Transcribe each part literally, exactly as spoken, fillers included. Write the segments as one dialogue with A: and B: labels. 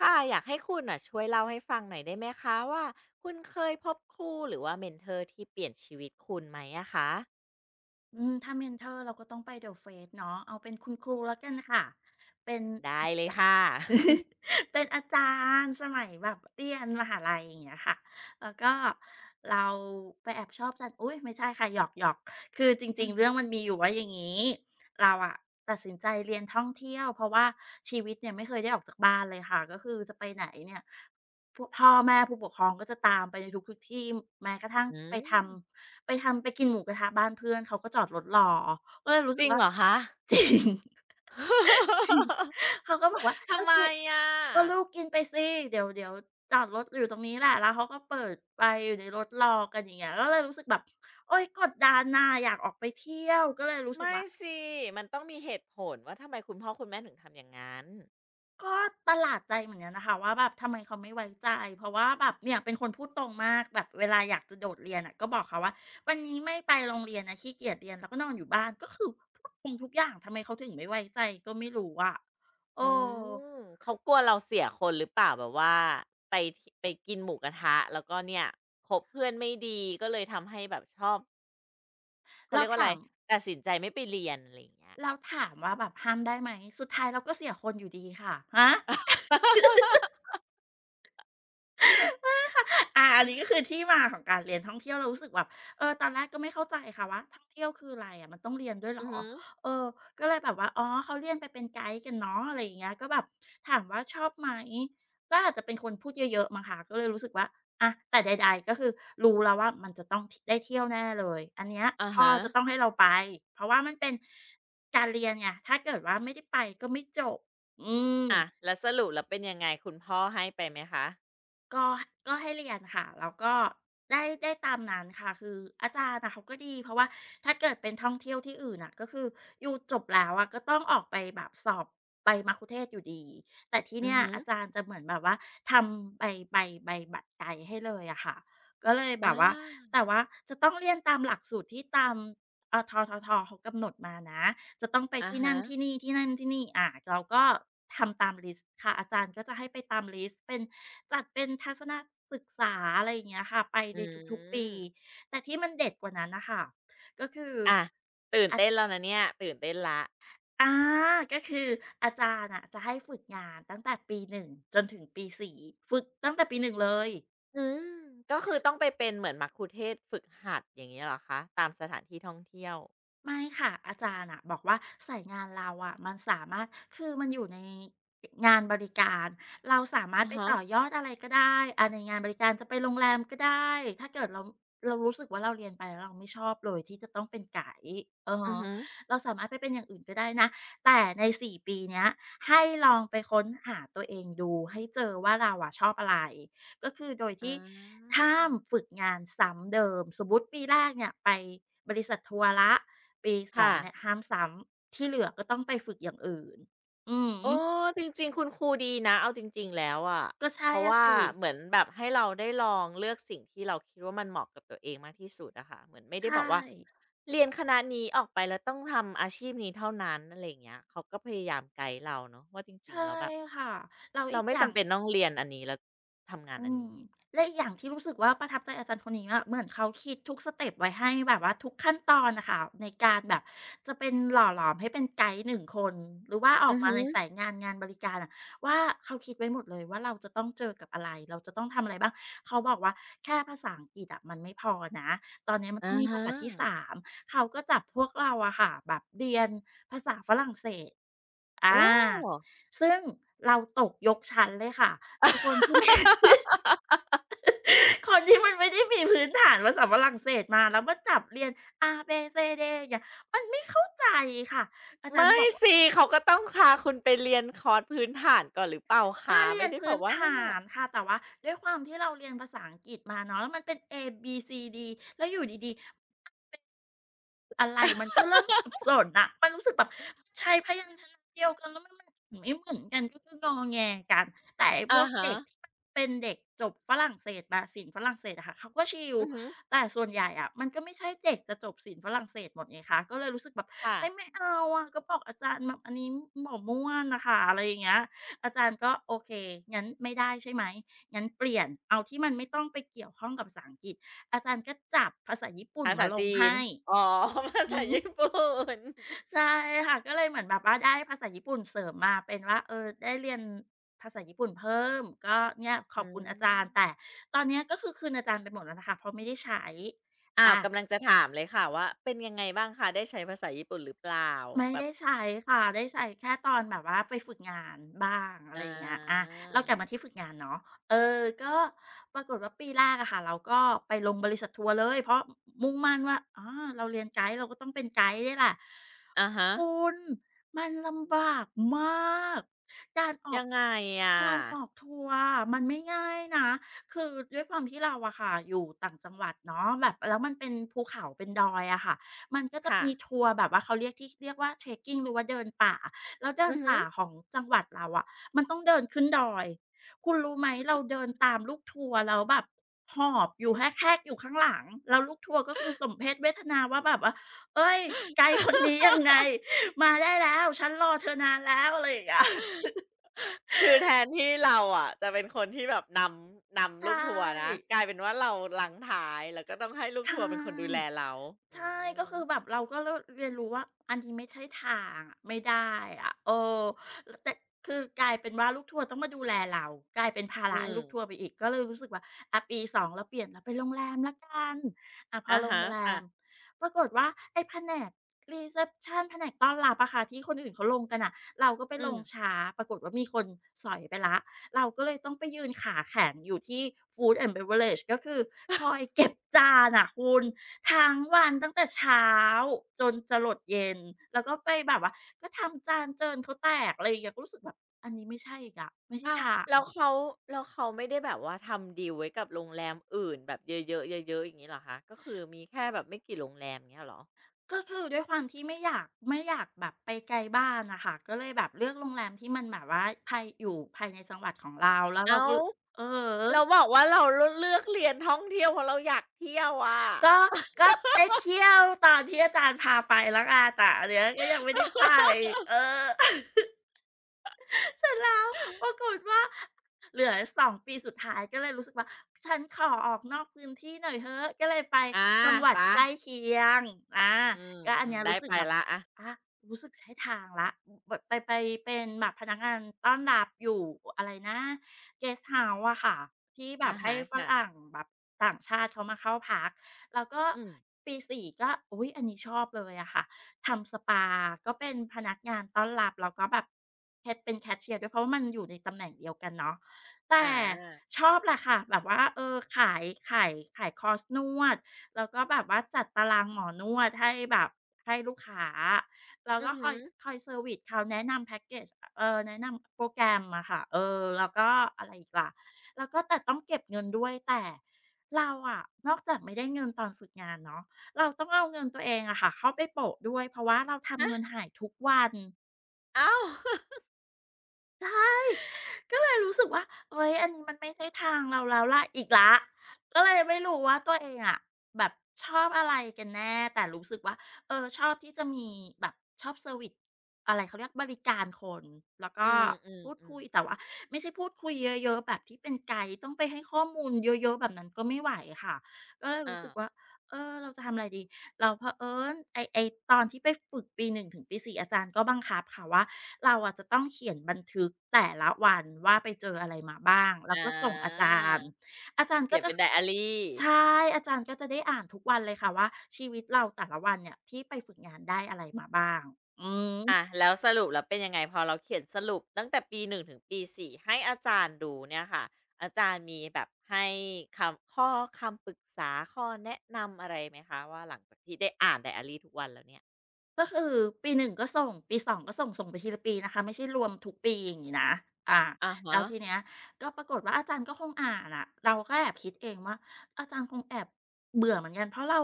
A: ค่ะอยากให้คุณอ่ะช่วยเล่าให้ฟังหน่อยได้ไหมคะว่าคุณเคยพบครูหรือว่าเมนเทอร์ที่เปลี่ยนชีวิตคุณไหมอะคะ
B: อืมถ้าเมนทอร์เราก็ต้องไป The Face เนาะเอาเป็นคุณครูแล้วกันค่ะเป็น
A: ได้
B: อ
A: เลย
B: า
A: ค่ะ
B: เป็นอาจารย์สมัยแบบเรียนมหาลัยอย่างเงี้ยค่ะแล้วก็เราไปแอบชอบจัน อุ๊ยไม่ใช่ค่ะหยอกๆคือจริงๆเรื่องมันมีอยู่ว่าอย่างงี้ เราอะตัดสินใจเรียนท่องเที่ยวเพราะว่าชีวิตเนี่ยไม่เคยได้ออกจากบ้านเลยค่ะ ก็คือจะไปไหนเนี่ยพวกพ่อแม่ผู้ปกครองก็จะตามไปในทุกๆที่แม้กระทั่ง
A: อื
B: ไปท
A: ม
B: ำไปทำไปกินหมูกระทะบ้านเพื่อนเขาก็จอดรถรอก็เลยรู้
A: จ
B: สึ
A: ริ
B: ก
A: ง
B: ว่า
A: เหรอคะ
B: จริง เขาก็บอกว่า
A: ทำ
B: ก็
A: ไม
B: กิน
A: อะ
B: ก็ลูกกินไปสิเดี๋ยวเดี๋ยวจอดรถอยู่ตรงนี้แหละแล้วเขาก็เปิดไฟอยู่ในรถรอกันอย่างเงี้ยก็เลยรู้สึกแบบโอ๊ยกดดันน่ะอยากออกไปเที่ยวก็เลยรู้สึก
A: ไม่
B: ว่า
A: สิมันต้องมีเหตุผลว่าทำไมคุณพ่อคุณแม่ถึงทำอย่างนั้น
B: ก็ประหลาดใจเหมือนกันนะคะว่าแบบทำไมเขาไม่ไว้ใจเพราะว่าแบบเนี่ยเป็นคนพูดตรงมากแบบเวลาอยากจะโดดเรียนอะก็บอกเขาว่าวันนี้ไม่ไปโรงเรียนนะขี้เกียจเรียนแล้วก็นอนอยู่บ้านก็คือพูดตรงทุกอย่างทำไมเขาถึงไม่ไว้ใจก็ไม่รู้อะเอ
A: อื
B: อ
A: มเขากลัวเราเสียคนหรือเปล่าแบบว่าไปทไปกินหมูกระทะแล้วก็เนี่ยคบเพื่อนไม่ดีก็เลยทำให้แบบชอบ เขา
B: แล้
A: เรี
B: ว
A: ยกว่าอะไร
B: ถาม
A: ตัดสินใจไม่ไปเรียนอะไรอย่างเงี้ย
B: แล้วถามว่าแบบห้ามได้ไหม สุดท้ายเราก็เสียคนอยู่ดีค่ะ ฮะ อ่าอันนี้ก็คือที่มาของการเรียนท่องเที่ยวเรารู้สึกแบบเออตอนแรกก็ไม่เข้าใจค่ะว่าท่องเที่ยวคืออะไรอะมันต้องเรียนด้วยเหร
A: อือ
B: อ
A: ฮึ
B: เออก็เลยแบบว่าอ๋อเขาเรียนไปเป็นไกด์กันเนาะอะไรอย่างเงี้ยก็แบบถามว่าชอบไหมก็อาจจะเป็นคนพูดเยอะๆมั้งคะก็เลยรู้สึกว่าอะแต่ใดๆก็คือรู้แล้วว่ามันจะต้องได้เที่ยวแน่เลยอันเนี้ย
A: อา
B: พ่อ
A: ฮะ
B: จะต้องให้เราไปเพราะว่ามันเป็นการเรียนไงถ้าเกิดว่าไม่ได้ไปก็ไม่จบอืม
A: อะแล้วสรุปแล้วเป็นยังไงคุณพ่อให้ไปไหมคะ
B: ก็ก็ให้เรียนค่ะ แล้วก็ได้ได้ตามนั้นค่ะ คืออาจารย์น่ะเขาก็ดี เพราะว่าถ้าเกิดเป็นท่องเที่ยวที่อื่นน่ะ ก็คืออยู่จบแล้วอะก็ต้องออกไปแบบสอบใบมัคคุเทศก์อยู่ดี แต่ที่
A: อือ
B: เนี่ย
A: ฮึ
B: อาจารย์จะเหมือนแบบว่าทำใบใบใบบัตรไกด์ให้เลยอะค่ะก็เลย
A: อ
B: แบบว่า
A: า
B: แต่ว่าจะต้องเรียนตามหลักสูตรที่ตาม อทททเขากำหนดมานะจะต้องไป
A: อา
B: ที่นั่
A: ฮะ
B: นที่นี่ที่นั่นที่นี่อาเราก็ทำตามลิสต์ค่ะอาจารย์ก็จะให้ไปตามลิสต์เป็นจัดเป็นทัศนศึกษาอะไรอย่างเงี้ยค่ะไป
A: อื
B: ในทุกๆปี
A: ม
B: แต่ที่มันเด็ดกว่านั้นน่ะค่ะก็คือ
A: อะตื่นเต้นแล้วนะเนี่ยตื่นเต้นละ
B: อาก็คืออาจารย์อะจะให้ฝึกงานตั้งแต่ปีหนึ่งจนถึงปีส่ฝึกตั้งแต่ปีหนึ่งเลย
A: อืมก็คือต้องไปเป็นเหมือนมัคคุเทศก์ฝึกหัดอย่างเงี้ยเหรอคะตามสถานที่ท่องเที่ยว
B: ไม่ค่ะอาจารย์อะบอกว่าสายงานเราอะมันสามารถคือมันอยู่ในงานบริการเราสามา
A: อ
B: รถ
A: อ
B: ไป
A: ฮะ
B: ต่อยอดอะไรก็ได้อาในงานบริการจะไปโรงแรมก็ได้ถ้าเกิดเราเรารู้สึกว่าเราเรียนไปแล้วเราไม่ชอบเลยที่จะต้องเป็นไก๋อะ
A: อือ
B: ฮะ
A: ฮึ
B: เราสามารถไปเป็นอย่างอื่นก็ได้นะแต่ในสี่ปีเนี้ยให้ลองไปค้นหาตัวเองดูให้เจอว่าเราอะชอบอะไร ก็คือโดย
A: อา
B: ที่ห้ามฝึกงานซ้ำเดิม สมมุติปีแรกเนี่ยไปบริษัททัวร์ละปีสอ
A: ค่ะ
B: งเนี่ยห้ามซ้ำที่เหลือก็ต้องไปฝึกอย่างอื่น อือ
A: โอ้
B: ฮึ
A: จริงๆคุณครูดีนะเอาจริงๆแล้วอะ
B: ก็ใช่
A: เพราะ
B: อะ
A: ว่า
B: สิ
A: เหมือนแบบให้เราได้ลองเลือกสิ่งที่เราคิดว่ามันเหมาะกับตัวเองมากที่สุดอะค่ะเหมือนไม่
B: ใช
A: ได้บอกว่า
B: ่
A: เรียนคณะนี้ออกไปแล้วต้องทำอาชีพนี้เท่านั้นอะไรอย่างเงี้ยเขาก็พยายามไกด์เราเนาะว่าจริง
B: ใช่
A: ๆแล้วแบบ
B: ค่ะแล้ว
A: เรา
B: อีก
A: ไม่
B: อย่าง
A: จำเป็นต้องเรียนอันนี้แล้วทำงาน
B: อื
A: อัน
B: ม
A: นี้
B: และอีกอย่างที่รู้สึกว่าประทับใจอาจารย์คนนี้อะเหมือนเขาคิดทุกสเต็ปไว้ให้แบบว่าทุกขั้นตอนนะคะในการแบบจะเป็นหล่อหลอมให้เป็นไกด์หนึ่งคนหรือว่าออ
A: อื
B: ก
A: อ
B: มา
A: ฮึ
B: ในสายงานงานบริการอะว่าเขาคิดไว้หมดเลยว่าเราจะต้องเจอกับอะไรเราจะต้องทำอะไรบ้างเขาบอกว่าแค่ภาษาอังกฤษอะมันไม่พอนะตอนนี้มันต้อ
A: อะ
B: งมี
A: ฮะ
B: ภาษาที่สามเขาก็จับพวกเราอะค่ะแบบเรียนภาษาฝรั่งเศสอ
A: โอ้
B: าซึ่งเราตกยกชั้นเลยค่ะเป็นคนที่ไม่ คนที่มันไม่ได้มีพื้นฐานภาษาฝรั่งเศสมาแล้วมาจับเรียน A B C D อย่างเงี้ยมันไม่เข้าใจค่ะอาจารย์
A: ไม่
B: ก็บอกว่า
A: สิเขาก็ต้องพาคุณไปเรียนคอร์สพื้นฐานก่อนหรือเปล่า
B: ก็
A: คะ
B: เรีย
A: ไม่
B: น
A: ได้แบ
B: พื้
A: บ
B: น
A: ว่า
B: ฐ
A: นั่น
B: า
A: น่ะ
B: นค่ะแต่ว่าด้วยความที่เราเรียนภาษาอังกฤษมาเนาะแล้วมันเป็น A B C D แล้วอยู่ดีๆ อะไรมันก็เริ่มสับสนน่ะมันรู้สึกแบบใช้พยัญชนะเดียวกันแล้วมันมันไม่เหมือนกันก็คืองอแงกันแต่ไอ้พ
A: อะ
B: วก
A: ฮะ
B: เด็กที่มันเป็นเด็กจบฝรั่งเศสมะศิลป์ฝรั่งเศสอะค่ะเขาก็ชิล
A: อือฮึ
B: แต่ส่วนใหญ่อะมันก็ไม่ใช่เด็กจะจบศิลป์ฝรั่งเศสหมดไงคะก็เลยรู้สึกแบบเฮ้ย
A: ค่ะ
B: ไม่เอาอะก็บอกอาจารย์แบบอันนี้หม่อม่วนน่ะค่ะอะไรอย่างเงี้ยอาจารย์ก็โอเคงั้นไม่ได้ใช่ไหมงั้นเปลี่ยนเอาที่มันไม่ต้องไปเกี่ยวข้องกับภาษาอังกฤษอาจารย์ก็จับภาษาญี่ปุ่น
A: ภา
B: มา
A: ษา
B: ลง
A: จีน
B: ให้
A: อ๋อ ภา
B: อื
A: ษา
B: ม
A: ญี่ปุ่น
B: ใช่ค่ะก็เลยเหมือนแบบว่าได้ภาษาญี่ปุ่นเสริมมาเป็นว่าเออได้เรียนภาษาญี่ปุ่นเพิ่มก็เนี่ยขอ
A: อื
B: บคุณอา
A: ม
B: จารย์แต่ตอนเนี้ยก็คือคืนอาจารย์ไปหมดแล้วนะคะเพราะไม่ได้ใช้
A: อ้าว กำลั
B: อา
A: งจะถามเลยค่ะว่าเป็นยังไงบ้างคะได้ใช้ภาษาญี่ปุ่นหรือเปล่า
B: ไม่
A: แบบ
B: ได้ใช้ค่ะ ได้ใช้แค่ตอนแบบว่าไปฝึกงานบ้างอะไร
A: อา
B: อย่างเงี้ยอาเรากลับมาที่ฝึกงานเนาะเออก็ปรากฏว่าปีแรกอะค่ะเราก็ไปลงบริษัททัวร์เลยเพราะมุ่งมั่นว่าอาเราเรียนไกด์เราก็ต้องเป็นไกด์เนี่ยแหละ
A: อะฮะ
B: คุณมันลำบากมากการออ
A: ยั
B: ก
A: งไงอะ
B: การออกทัวร์อะมันไม่ง่ายนะคือด้วยความที่เราอะค่ะอยู่ต่างจังหวัดเนาะแบบแล้วมันเป็นภูเขาเป็นดอยอะค่ะ มันก็จะ
A: ค่ะ
B: มีทัวร์แบบว่าเขาเรียกที่เรียกว่า trekking หรือว่าเดินป่า แล้วเดิ
A: อื
B: น
A: อฮึ
B: ป่าของจังหวัดเราอะมันต้องเดินขึ้นดอย คุณรู้ไหมเราเดินตามลูกทัวร์แล้วแบบหอบอยู่แฮกๆอยู่ข้างหลัง แล้วลูกทัวร์ก็คือสมเพศเวทนาว่าแบบว่าเฮ้ยไกด์คนนี้ยังไง มาได้แล้วฉันรอเธอนานแล้วอะไรอย่างเงี้ย
A: คือแทนที่เราอะจะเป็นคนที่แบบนำ
B: ใช
A: นำลูกทัวร์นะ
B: ่
A: กลายเป็นว่าเรารั้งท้าย แล้วก็ต้องให้ลูก
B: ใช่
A: ทัวร์เป็นคนดูแลเราอื
B: ใช่ก็
A: ม
B: คือแบบเราก็เริ่มเรียนรู้ว่าอันนี้ไม่ใช่ทางอะไม่ได้อะเออลแต่คือกลายเป็นว่าลูกทัวร์ต้องมาดูแลเรากลายเป็นภา
A: อื
B: ระให้ลู
A: ม
B: กทัวร์ไปอีกก็เลยรู้สึกว่าอะปีสองเราเปลี่ยนเราไปนโรงแรมแล้วกันอะพอ
A: อะ
B: โรง
A: ฮะ
B: แร
A: ค่ะ
B: มปรากฏว่าไอ้แผนกรีเซปชันแผนกต้อนรับอะค่ะที่คนอื่นเขาลงกันน่ะเราก็ไป
A: อื
B: ล
A: ม
B: งช้าปรากฏว่ามีคนสอยไปแล้ว เราก็เลยต้องไปยืนขาแข็งอยู่ที่ Food and Beverage ก็คือคอยเก็บจานอะคุณทั้งวันตั้งแต่เช้าจนจะหลดเย็นแล้วก็ไปแบบว่าก็ทำจานเจินเขาแตกอะไรอย่างเงี้ยก็รู้สึกแบบอันนี้ไม่ใช่อีกอะไม่ใช่
A: อ้าว
B: ทาง
A: แล้วเขาแล้วเขาไม่ได้แบบว่าทำดีลไว้กับโรงแรมอื่นแบบเยอะๆเยอะๆอย่างงี้เหรอคะก็คือมีแค่แบบไม่กี่โรงแรมอย่างเงี้ยเหรอ
B: ก็คือด้วยความที่ไม่อยากไม่อยากแบบไปไกลบ้านน่ะค่ะก็เลยแบบเลือกโรงแรมที่มันแบบว่าภายอยู่ภายในจังหวัดของเราแล้วเรา
A: อ้า
B: ก็
A: ว
B: อือฮึ
A: เราบอกว่าเราเลือกเลือกเรียนท่องเที่ยวเพราะเราอยากเที่ยวอะ
B: ก็ก็ได้เที่ยวตอนที่อาจารย์พาไปแล้วกันแต่อันเนี้ยก็ยังไม่ได้ไปเออ เสร็จแล้วปรากฏว่าเหลือสองปีสุดท้ายก็เลยรู้สึกว่าฉันขอออกนอกพื้นที่หน่อยเถอะก็เลยไป
A: อา
B: จังหวั
A: ไป
B: ดใกล้เคียงอา
A: อืม
B: ก็อั
A: อื
B: น
A: ม
B: เนี้ย
A: ได้
B: รู้สึ
A: ไป
B: กแบบ
A: แล้วอะ
B: อารู้สึกใช้ทางแล้วแบบไปไปเป็นแบบพนักงานต้อนรับอยู่อะไรนะเกสต์เฮาส์อะค่ะที่แบ
A: อะ
B: บให้
A: ฮะ
B: ฝ
A: ค่ะ
B: รั่งแบบต่างชาติเขามาเข้าพักแล้วก็
A: อืม
B: ปีสี่ก็อุ๊ยอันนี้ชอบเลยอะค่ะ ทำสปาก็เป็นพนักงานต้อนรับแล้วก็แบบแคชเป็นแคชเชียร์ด้วยเพราะว่ามันอยู่ในตำแหน่งเดียวกันเนาะ
A: อ
B: แต่
A: า
B: ชอบแหละค่ะแบบว่าเออขายขายขายคอร์สนวดแล้วก็แบบว่าจัดตารางหมอนวดให้แบบให้ลูกค้าแล้ว
A: อื
B: ก็
A: อ
B: ค
A: ฮึ
B: อยคอยเซอร์วิซเขาแนะนำแพ็กเกจเออแนะนำโปรแกรมอะค่ะเออแล้วก็อะไรอีกล่ะแล้วก็แต่ต้องเก็บเงินด้วยแต่เราอะนอกจากไม่ได้เงินตอนฝึกงานเนาะ เราต้องเอาเงินตัวเองอะค่ะเข้าไปโปะด้วยเพราะว่าเราทำเงินหายทุกวัน
A: อ้าว
B: ก็เลยรู้สึกว่าเฮ้ยอันนี้มันไม่ใช่ทางเราแล้วล่ะอีกแล้วก็เลยไม่รู้ว่าตัวเองอะแบบชอบอะไรกันแน่แต่รู้สึกว่าเออชอบที่จะมีแบบชอบเซอร์วิซอะไรเขาเรียกบริการคนแล้ว
A: อื
B: ก็พูด
A: ม
B: คุย
A: ๆๆ
B: แต่ว่าไม่ใช่พูดคุยเยอะๆแบบที่เป็นไกด์ต้องไปให้ข้อมูลเยอะๆแบบนั้นก็ไม่ไหวค่ะก็เลย
A: อา
B: รู้สึกว่า เออเราจะทำอะไรดีแราวเผอิญไอไอตอนที่ไปฝึกปีหนึ่งถึงปีสี่อาจารย์ก็บังคับค่ะว่าเราอะจะต้องเขียนบันทึกแต่ละวันว่าไปเจออะไรมาบ้างแล้ว
A: อ
B: ก็ส่งอา
A: า
B: จารย์อาจารย์
A: เขี
B: ก็
A: ยน
B: จะ
A: เป็นไดอารี
B: ใช่อาจารย์ก็จะได้อ่านทุกวันเลยค่ะว่าชีวิตเราแต่ละวันเนี่ยที่ไปฝึกงานได้อะไรมาบ้างอืม
A: อะแล้วสรุปแล้วเป็นยังไงพอเราเขียนสรุปตั้งแต่ปีหนึ่งถึงปีสี่ให้อาจารย์ดูเนี่ยค่ะอาจารย์มีแบบให้คำข้อคำปรึกษาข้อแนะนำอะไรไหมคะว่าหลังจากที่ได้อ่านไดอารีทุกวันแล้วเนี่ย
B: ก็คือปีหนึ่งก็ส่งปีสองก็ส่งส่งไปทีละปีนะคะไม่ใช่รวมทุกปีอย่างนี้นะอา
A: อะ
B: แล้
A: ฮะ
B: วทีเนี้ยก็ปรากฏว่าอาจารย์ก็คงอ่านอะเราก็แอบคิดเองว่าอาจารย์คงแอบเบื่อเหมือนกันเพราะเรา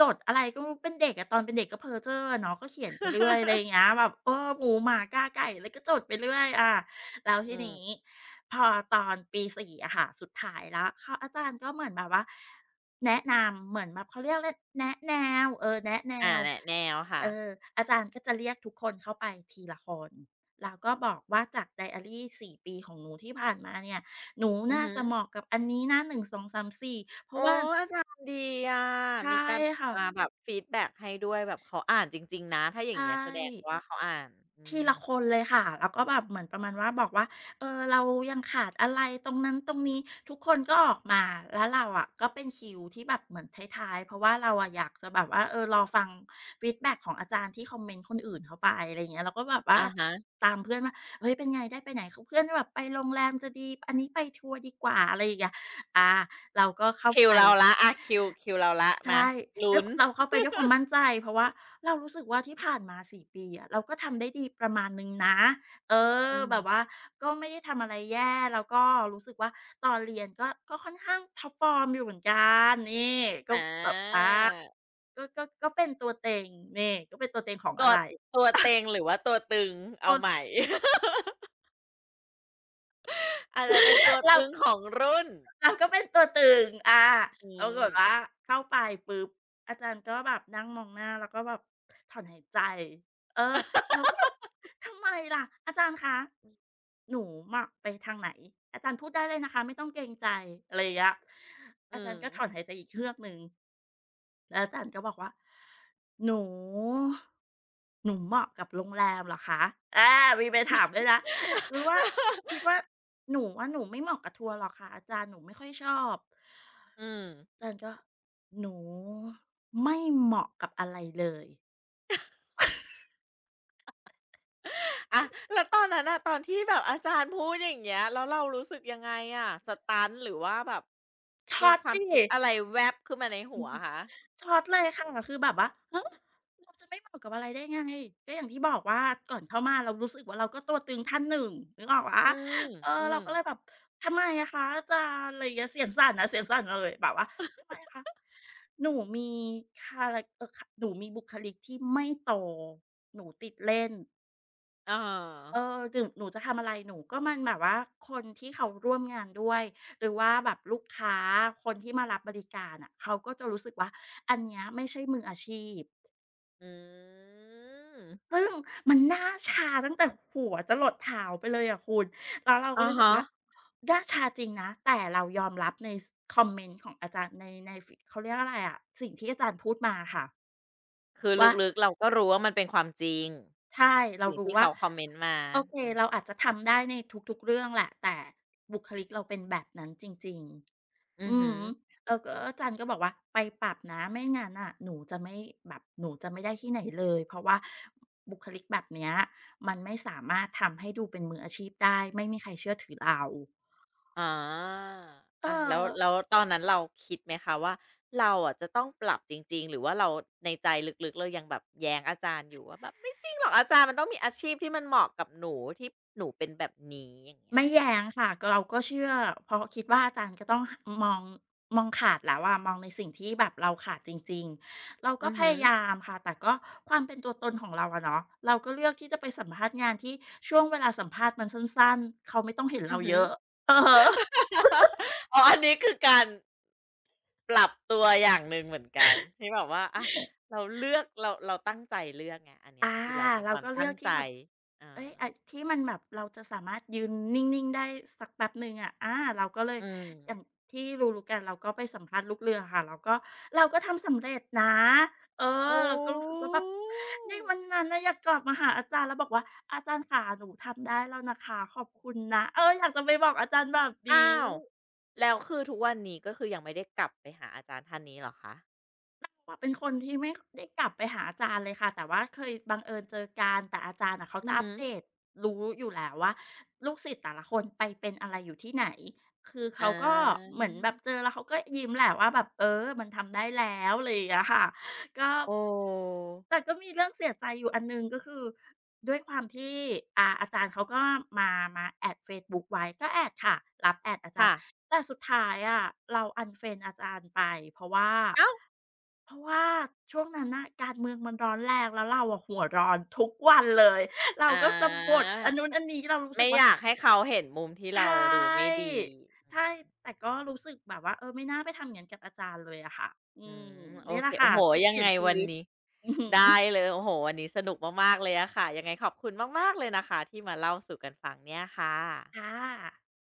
B: จดอะไรก็ไม่รู้เป็นเด็กอะตอนเป็นเด็กก็เพ้อเจ้ออะเนาะก็เขียนไปเรื่อยอะไรอย่าง เงี้ยแบบเออหมูหมากาไก่อะไรก็จดไปเรื่อยอาแล้วที
A: อืม
B: นี้พอตอนปีสี่อะค่ะสุดท้ายแล้วเขาอาจารย์ก็เหมือนแบบว่าแนะนำเหมือนแบบเขาเรียกอะไรแนะแนวเออแนะแน
A: อา
B: ว
A: แนะแนวค่ะ
B: เอออาจารย์ก็จะเรียกทุกคนเข้าไปทีละคนแล้วก็บอกว่าจากไดอารีสี่ปีของหนูที่ผ่านมาเนี่ยหนู
A: อือ
B: น่า
A: ฮึ
B: จะเหมาะกับอันนี้นะหนึ่ง สอง สาม สี่" เพ
A: โอ้
B: ราะว่า
A: อาจารย์ดีอะ
B: ใช่
A: มีการมา
B: ค่ะ
A: แบบฟีดแบ็กให้ด้วยแบบเขาอ่านจริงๆนะถ้าอย่าง
B: ใช่
A: เงี้ยแสดงว่าเขาอ่านอื
B: ที
A: ม
B: ละคนเลยค่ะแล้วก็แบบเหมือนประมาณว่าบอกว่าเออเรายังขาดอะไรตรงนั้นตรงนี้ทุกคนก็ออกมาแล้วเราอะก็เป็นคิวที่แบบเหมือนท้ายๆเพราะว่าเราอะอยากจะแบบว่าเออรอฟังฟีดแบ็กของอาจารย์ที่คอมเมนต์คนอื่นเขาไปอะไรอย่างเงี้ยเราก็แบบว่า
A: อะฮะ
B: ตามเพื่อนว่าเฮ้ยเป็นไงได้ไปไหนคือเพื่อนแบบไปโรงแรมจะดีอันนี้ไปทัวร์ดีกว่าอะไรอย่างเงี้ยอาเราก็เข้า
A: คิว
B: ไป
A: เราละอ่ะคิวคิวเราแล้วมา
B: ใช่ด้ว
A: ลุ้
B: ย
A: น
B: เราเข้าไปด้วยความมั่นใจเพราะว่าเรารู้สึกว่าที่ผ่านมาสี่ปีอะเราก็ทำได้ดีประมาณหนึ่งนะเออ
A: อื
B: แบ
A: ม
B: บว่าก็ไม่ได้ทำอะไรแย่แล้วก็รู้สึกว่าตอนเรียนก็ก็ค่อนข้างท็อปฟอร์มอยู่เหมือนกันนี่ก็
A: อา
B: แบบอาก็ก็ก็เป็นตัวเต็งนี่ก็เป็นตัวเต็งของ
A: ตั
B: อะ
A: ว
B: ไร
A: ตัว เต็งหรือว่าตัวตึง
B: ตั
A: เอา
B: ว
A: ใหม่ อาจจะเป็นตัว
B: เรา
A: ตึงของรุ่น
B: เราก็เป็นตัวตึงอา
A: อื
B: ปรากฏ
A: ม
B: ว่าเข้าไปปุ๊บอาจารย์ก็แบบนั่งมองหน้าแล้วก็แบบถอนหายใจเออเราก็แบบทำไมล่ะอาจารย์คะหนูอะไปทางไหนอาจารย์พูดได้เลยนะคะไม่ต้องเกรงใจอะไรอย่างเงี้ยอา
A: อื
B: จาร
A: ม
B: ย์ก็ถอนหายใจอีกเฮือกหนึ่ง แล้วอาจารย์ก็บอกว่าหนูหนูเหมาะกับโรงแรมเหรอคะอามีไปถามด้วยนะหรือว่าคิดว่าหนูว่าหนูไม่เหมาะกับทัวร์หรอกค่ะอาจารย์หนูไม่ค่อยชอบ
A: อืม
B: อาจารย์ก็หนูไม่เหมาะกับอะไรเลย
A: อะแล้วตอนนั้นอะตอนที่แบบอาจารย์พูดอย่างเงี้ยแล้วเรารู้สึกยังไงอะสตันหรือว่าแบบมี
B: ช็อต
A: ความ
B: ดิ
A: คิดอะไรแวบขึ้นมาในหัวคะ
B: ช็อตเลยค่ะคือแบบว่าฮะเราจะไม่เหมาะกับอะไรได้ไงก็อย่างที่บอกว่าก่อนเข้ามาเรารู้สึกว่าเราก็ตัวตึงท่านหนึ่งนึกออกเปล่า
A: อื
B: คะ
A: ม
B: เออ
A: อื
B: เรา
A: ม
B: ก็เลยแบบทำไมอะคะอาจารย์อะไรอย่างเงี้ยเสียงสั่นนะเสียงสั่นเลยแบบว่าทำไมอะคะหนูมีคาแรกเอ่อคหนูมีบุคลิกที่ไม่โตหนูติดเล่น
A: อา
B: เออหรือหนูจะทำอะไรหนูก็มันแบบว่าคนที่เขาร่วมงานด้วยหรือว่าแบบลูกค้าคนที่มารับบริการอะเขาก็จะรู้สึกว่าอันเนี้ยไม่ใช่มืออาชีพ
A: อืม
B: ซึ่งมันน่าชาตั้งแต่หัวจะหลดเท้าไปเลยอะคุณแล้วเราก็
A: อะ
B: รู้สึก
A: ฮะ
B: ว่าน่าชาจริงนะแต่เรายอมรับในคอมเมนต์ของอาจารย์ในในเขาเรียกอะไรอะสิ่งที่อาจารย์พูดมาค่ะ
A: คือล
B: ว่า
A: ึกๆเราก็รู้ว่ามันเป็นความจริง
B: ใช่เรา
A: สิ่ง
B: รู้
A: ที่
B: ว่า
A: เขาคอมเมนต์มา
B: โอเค
A: อื
B: เรา
A: ม
B: อาจจะทำได้ในทุกๆเรื่องแหละแต่บุคลิกเราเป็นแบบนั้นจริง
A: อื
B: ๆ
A: อ
B: อื
A: ฮึ
B: อฮึแล้วก็จันก็บอกว่าไปปรับนะไม่งั้นน่ะหนูจะไม่แบบหนูจะไม่ได้ที่ไหนเลยเพราะว่าบุคลิกแบบเนี้ยมันไม่สามารถทำให้ดูเป็นมืออาชีพได้ไม่มีใครเชื่อถือเรา
A: อา
B: เอ
A: อะแล้วแล้ว
B: อ
A: ตอนนั้นเราคิดไหมคะว่าเราอะจะต้องปรับจริงๆหรือว่าเราในใจลึกๆเรายังแบบแย้งอาจารย์อยู่ว่าแบบไม่จริงหรอกอาจารย์มันต้องมีอาชีพที่มันเหมาะกับหนูที่หนูเป็นแบบนี้อย่างเงี้ย
B: ไม่แย้งค่ะก็เราก็เชื่อเพราะคิดว่าอาจารย์ก็ต้องหมองมองขาดแล้วอะมองในสิ่งที่แบบเราขาดจริงๆเราก็
A: อือ
B: พ
A: ฮึ
B: ยายามค่ะแต่ก็ความเป็นตัวตนของเราอะเนาะเราก็เลือกที่จะไปสัมภาษณ์งานที่ช่วงเวลาสัมภาษณ์มันสั้นๆเขาไม่ต้องเห็น
A: อื
B: เรา
A: อฮึ
B: เยอะอือ ฮึ
A: อ๋ออันนี้คือการปรับตัวอย่างหนึ่งเหมือนกันที่แบบว่าอะเราเลือกเราเราตั้งใจเลือกไงอันเนี้
B: อา
A: ยคือเรามีค
B: เรา
A: วาม
B: ก็เลื
A: ตั้
B: อ
A: ง
B: กที่
A: ใจ
B: แบบ
A: อ
B: เอ้
A: า
B: ยไอ้ที่มันแบบเราจะสามารถยืนนิ่งๆได้สักแป๊บหนึ่งอะอาเราก็เลย
A: อื
B: อย่าง
A: ม
B: ที่รู้ๆกันเราก็ไปสัมภาษณ์ลูกเรือค่ะเราก็เราก็ทำสำเร็จนะเออ
A: โอ้
B: เราก็รู้สึกว่าแบบในวันนั้นน่ะอยากกลับมาหาอาจารย์แล้วบอกว่าอาจารย์ขาหนูทำได้แล้วนะคะขอบคุณนะเอออยากจะไปบอกอาจารย์แบบนี้
A: อ้าวแล้วคือทุกวันนี้ก็คือยังไม่ได้กลับไปหาอาจารย์ท่านนี้เหรอคะ
B: ว่าเป็นคนที่ไม่ได้กลับไปหาอาจารย์เลยค่ะแต่ว่าเคยบังเอิญเจอกันแต่อาจารย์น่ะเขา
A: อื
B: จะ
A: อ
B: อัป
A: ฮึ
B: เดตรู้อยู่แล้วว่าลูกศิษย์แต่ละคนไปเป็นอะไรอยู่ที่ไหนคือเขา
A: อา
B: ก็เหมือนแบบเจอแล้วเขาก็ยิ้มแหละว่าแบบเออมันทำได้แล้วอะไรอย่างเงี้ยค่ะก็
A: โอ้
B: แต่ก็มีเรื่องเสียใจอยู่อันหนึ่งก็คือด้วยความที่อ่าอาจารย์เขาก็มามาแอดเฟซบุ๊กไว้ก็แอดค่ะรับแอดอาจาร
A: ค่ะ
B: ย์แต่สุดท้ายอะเรา unfriend อาจารย์ไปเพราะว่า
A: อ้าว
B: เพราะว่าช่วงนั้นน่ะการเมืองมันร้อนแรงแล้วเราอะหัวร้อนทุกวันเลยเรา
A: อา
B: ก็สะบัดอันนู้นอันนี้เรารู้สึ
A: ไม่
B: ก
A: อ
B: ว่า
A: ยากให้เขาเห็นมุมที่
B: ใช
A: เราดูไม่
B: ่
A: ดีอื
B: ใช่
A: ม
B: แต่ก็รู้สึกแบบว่าเออไม่น่าไปทำอย่างนั้นกับอาจารย์เลยอะค่ะอื
A: อื
B: ม
A: มโอ
B: นี่แห
A: เค
B: ละ
A: โอ้
B: ค่ะ
A: โฮ
B: ที่เป
A: ยัง
B: ลี่ย
A: ไง
B: นชี
A: วัน
B: วิต
A: นี้
B: อือฮึ
A: ได้เลยโอ้โฮวันนี้สนุกมากๆเลยอะค่ะยังไงขอบคุณมากๆเลยนะคะที่มาเล่าสู่กันฟังเนี่ยค่ะ
B: ค่ะ